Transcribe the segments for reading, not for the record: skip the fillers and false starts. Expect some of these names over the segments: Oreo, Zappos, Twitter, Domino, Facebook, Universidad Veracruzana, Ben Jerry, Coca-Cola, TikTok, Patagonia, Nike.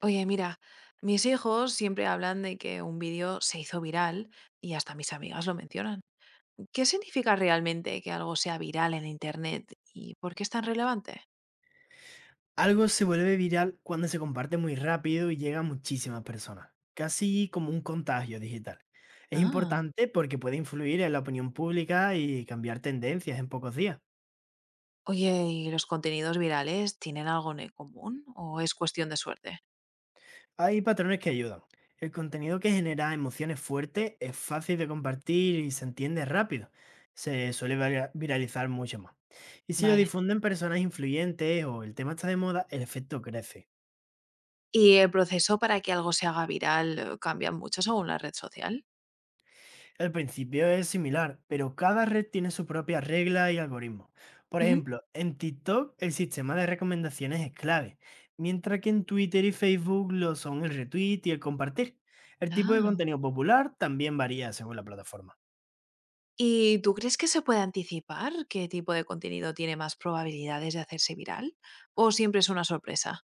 Oye, mira, mis hijos siempre hablan de que un vídeo se hizo viral y hasta mis amigas lo mencionan. ¿Qué significa realmente que algo sea viral en Internet y por qué es tan relevante? Algo se vuelve viral cuando se comparte muy rápido y llega a muchísimas personas, casi como un contagio digital. Es Ah, importante porque puede influir en la opinión pública y cambiar tendencias en pocos días. oye, ¿y los contenidos virales tienen algo en común o es cuestión de suerte? Hay patrones que ayudan. El contenido que genera emociones fuertes es fácil de compartir y se entiende rápido. Se suele viralizar mucho más. Y si lo Vale. difunden personas influyentes o el tema está de moda, el efecto crece. ¿Y el proceso para que algo se haga viral cambia mucho según la red social? El principio es similar, pero cada red tiene su propia regla y algoritmo. Por Ujú. ejemplo, en TikTok el sistema de recomendaciones es clave, mientras que en Twitter y Facebook lo son el retweet y el compartir. El tipo de Ah. contenido popular también varía según la plataforma. ¿Y tú crees que se puede anticipar qué tipo de contenido tiene más probabilidades de hacerse viral? ¿O siempre es una sorpresa?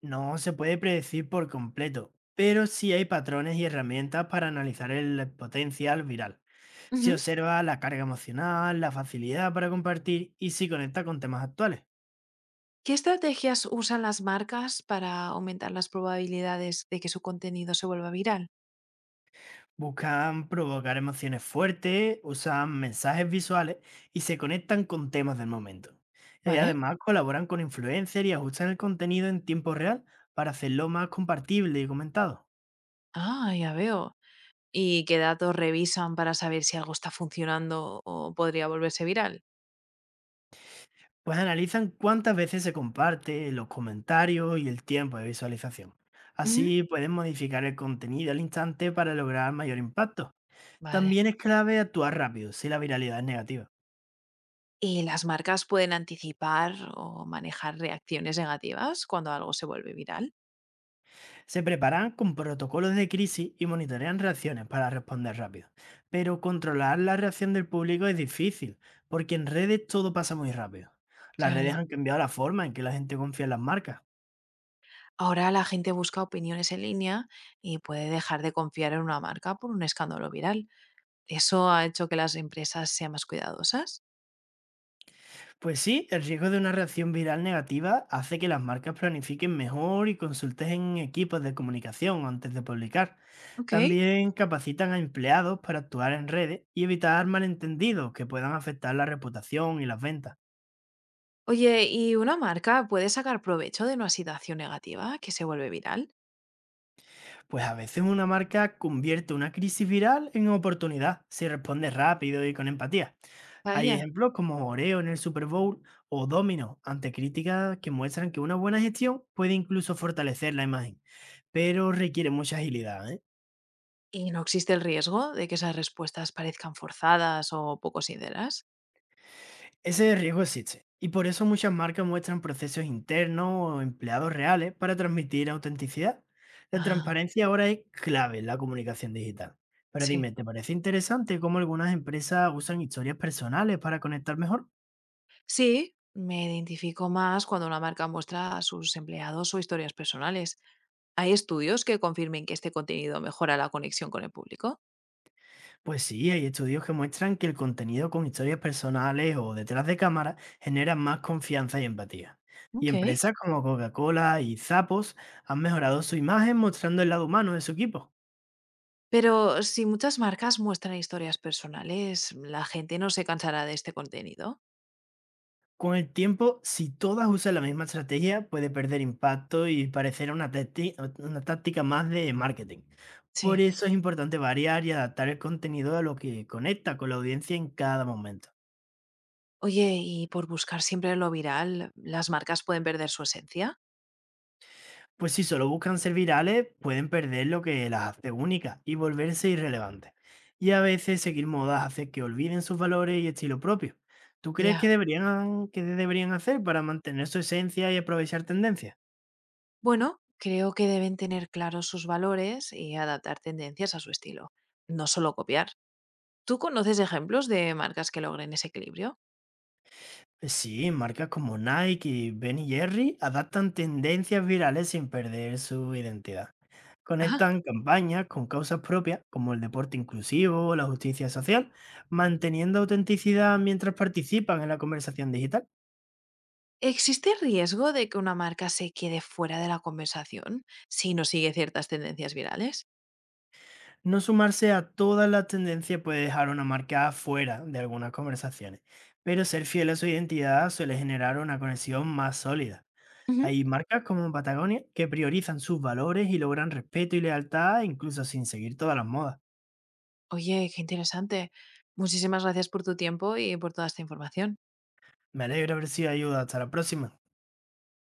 No se puede predecir por completo, pero sí hay patrones y herramientas para analizar el potencial viral. Se Ujú. observa la carga emocional, la facilidad para compartir y si conecta con temas actuales. ¿Qué estrategias usan las marcas para aumentar las probabilidades de que su contenido se vuelva viral? Buscan provocar emociones fuertes, usan mensajes visuales y se conectan con temas del momento. Y ¿Vale? además colaboran con influencers y ajustan el contenido en tiempo real para hacerlo más compartible y comentado. Ah, ya veo. ¿Y qué datos revisan para saber si algo está funcionando o podría volverse viral? Pues analizan cuántas veces se comparte, los comentarios y el tiempo de visualización. Ujú. Así pueden modificar el contenido al instante para lograr mayor impacto. Vale. También es clave actuar rápido si la viralidad es negativa. ¿Y las marcas pueden anticipar o manejar reacciones negativas cuando algo se vuelve viral? Se preparan con protocolos de crisis y monitorean reacciones para responder rápido. Pero controlar la reacción del público es difícil, porque en redes todo pasa muy rápido. Las Claro. redes han cambiado la forma en que la gente confía en las marcas. Ahora la gente busca opiniones en línea y puede dejar de confiar en una marca por un escándalo viral. ¿Eso ha hecho que las empresas sean más cuidadosas? Pues sí, el riesgo de una reacción viral negativa hace que las marcas planifiquen mejor y consulten equipos de comunicación antes de publicar. Ok. También capacitan a empleados para actuar en redes y evitar malentendidos que puedan afectar la reputación y las ventas. Oye, ¿y una marca puede sacar provecho de una situación negativa que se vuelve viral? Pues a veces una marca convierte una crisis viral en oportunidad si responde rápido y con empatía. Hay Vaya. ejemplos como Oreo en el Super Bowl o Domino ante críticas que muestran que una buena gestión puede incluso fortalecer la imagen, pero requiere mucha agilidad, ¿eh? ¿Y no existe el riesgo de que esas respuestas parezcan forzadas o poco sinceras? Ese riesgo existe, y por eso muchas marcas muestran procesos internos o empleados reales para transmitir autenticidad. La Ah, transparencia ahora es clave en la comunicación digital. Pero sí. dime, ¿te parece interesante cómo algunas empresas usan historias personales para conectar mejor? Sí, me identifico más cuando una marca muestra a sus empleados o historias personales. ¿Hay estudios que confirmen que este contenido mejora la conexión con el público? Pues sí, hay estudios que muestran que el contenido con historias personales o detrás de cámara genera más confianza y empatía. Y Ok. empresas como Coca-Cola y Zappos han mejorado su imagen mostrando el lado humano de su equipo. Pero si muchas marcas muestran historias personales, la gente no se cansará de este contenido. Con el tiempo, si todas usan la misma estrategia, puede perder impacto y parecer una una táctica más de marketing. Sí. Por eso es importante variar y adaptar el contenido a lo que conecta con la audiencia en cada momento. Oye, y por buscar siempre lo viral, ¿las marcas pueden perder su esencia? Pues si solo buscan ser virales, pueden perder lo que las hace únicas y volverse irrelevantes. Y a veces seguir modas hace que olviden sus valores y estilo propio. ¿Tú crees Ya. que deberían hacer para mantener su esencia y aprovechar tendencias? Bueno, creo que deben tener claros sus valores y adaptar tendencias a su estilo, no solo copiar. ¿Tú conoces ejemplos de marcas que logren ese equilibrio? Sí, marcas como Nike y Ben Jerry adaptan tendencias virales sin perder su identidad. Ajá. Conectan campañas con causas propias, como el deporte inclusivo o la justicia social, manteniendo autenticidad mientras participan en la conversación digital. ¿Existe riesgo de que una marca se quede fuera de la conversación si no sigue ciertas tendencias virales? No sumarse a todas las tendencias puede dejar una marca fuera de algunas conversaciones, pero ser fiel a su identidad suele generar una conexión más sólida. Ujú. Hay marcas como Patagonia que priorizan sus valores y logran respeto y lealtad incluso sin seguir todas las modas. Oye, qué interesante. Muchísimas gracias por tu tiempo y por toda esta información. Me alegro haber sido de ayuda. Hasta la próxima.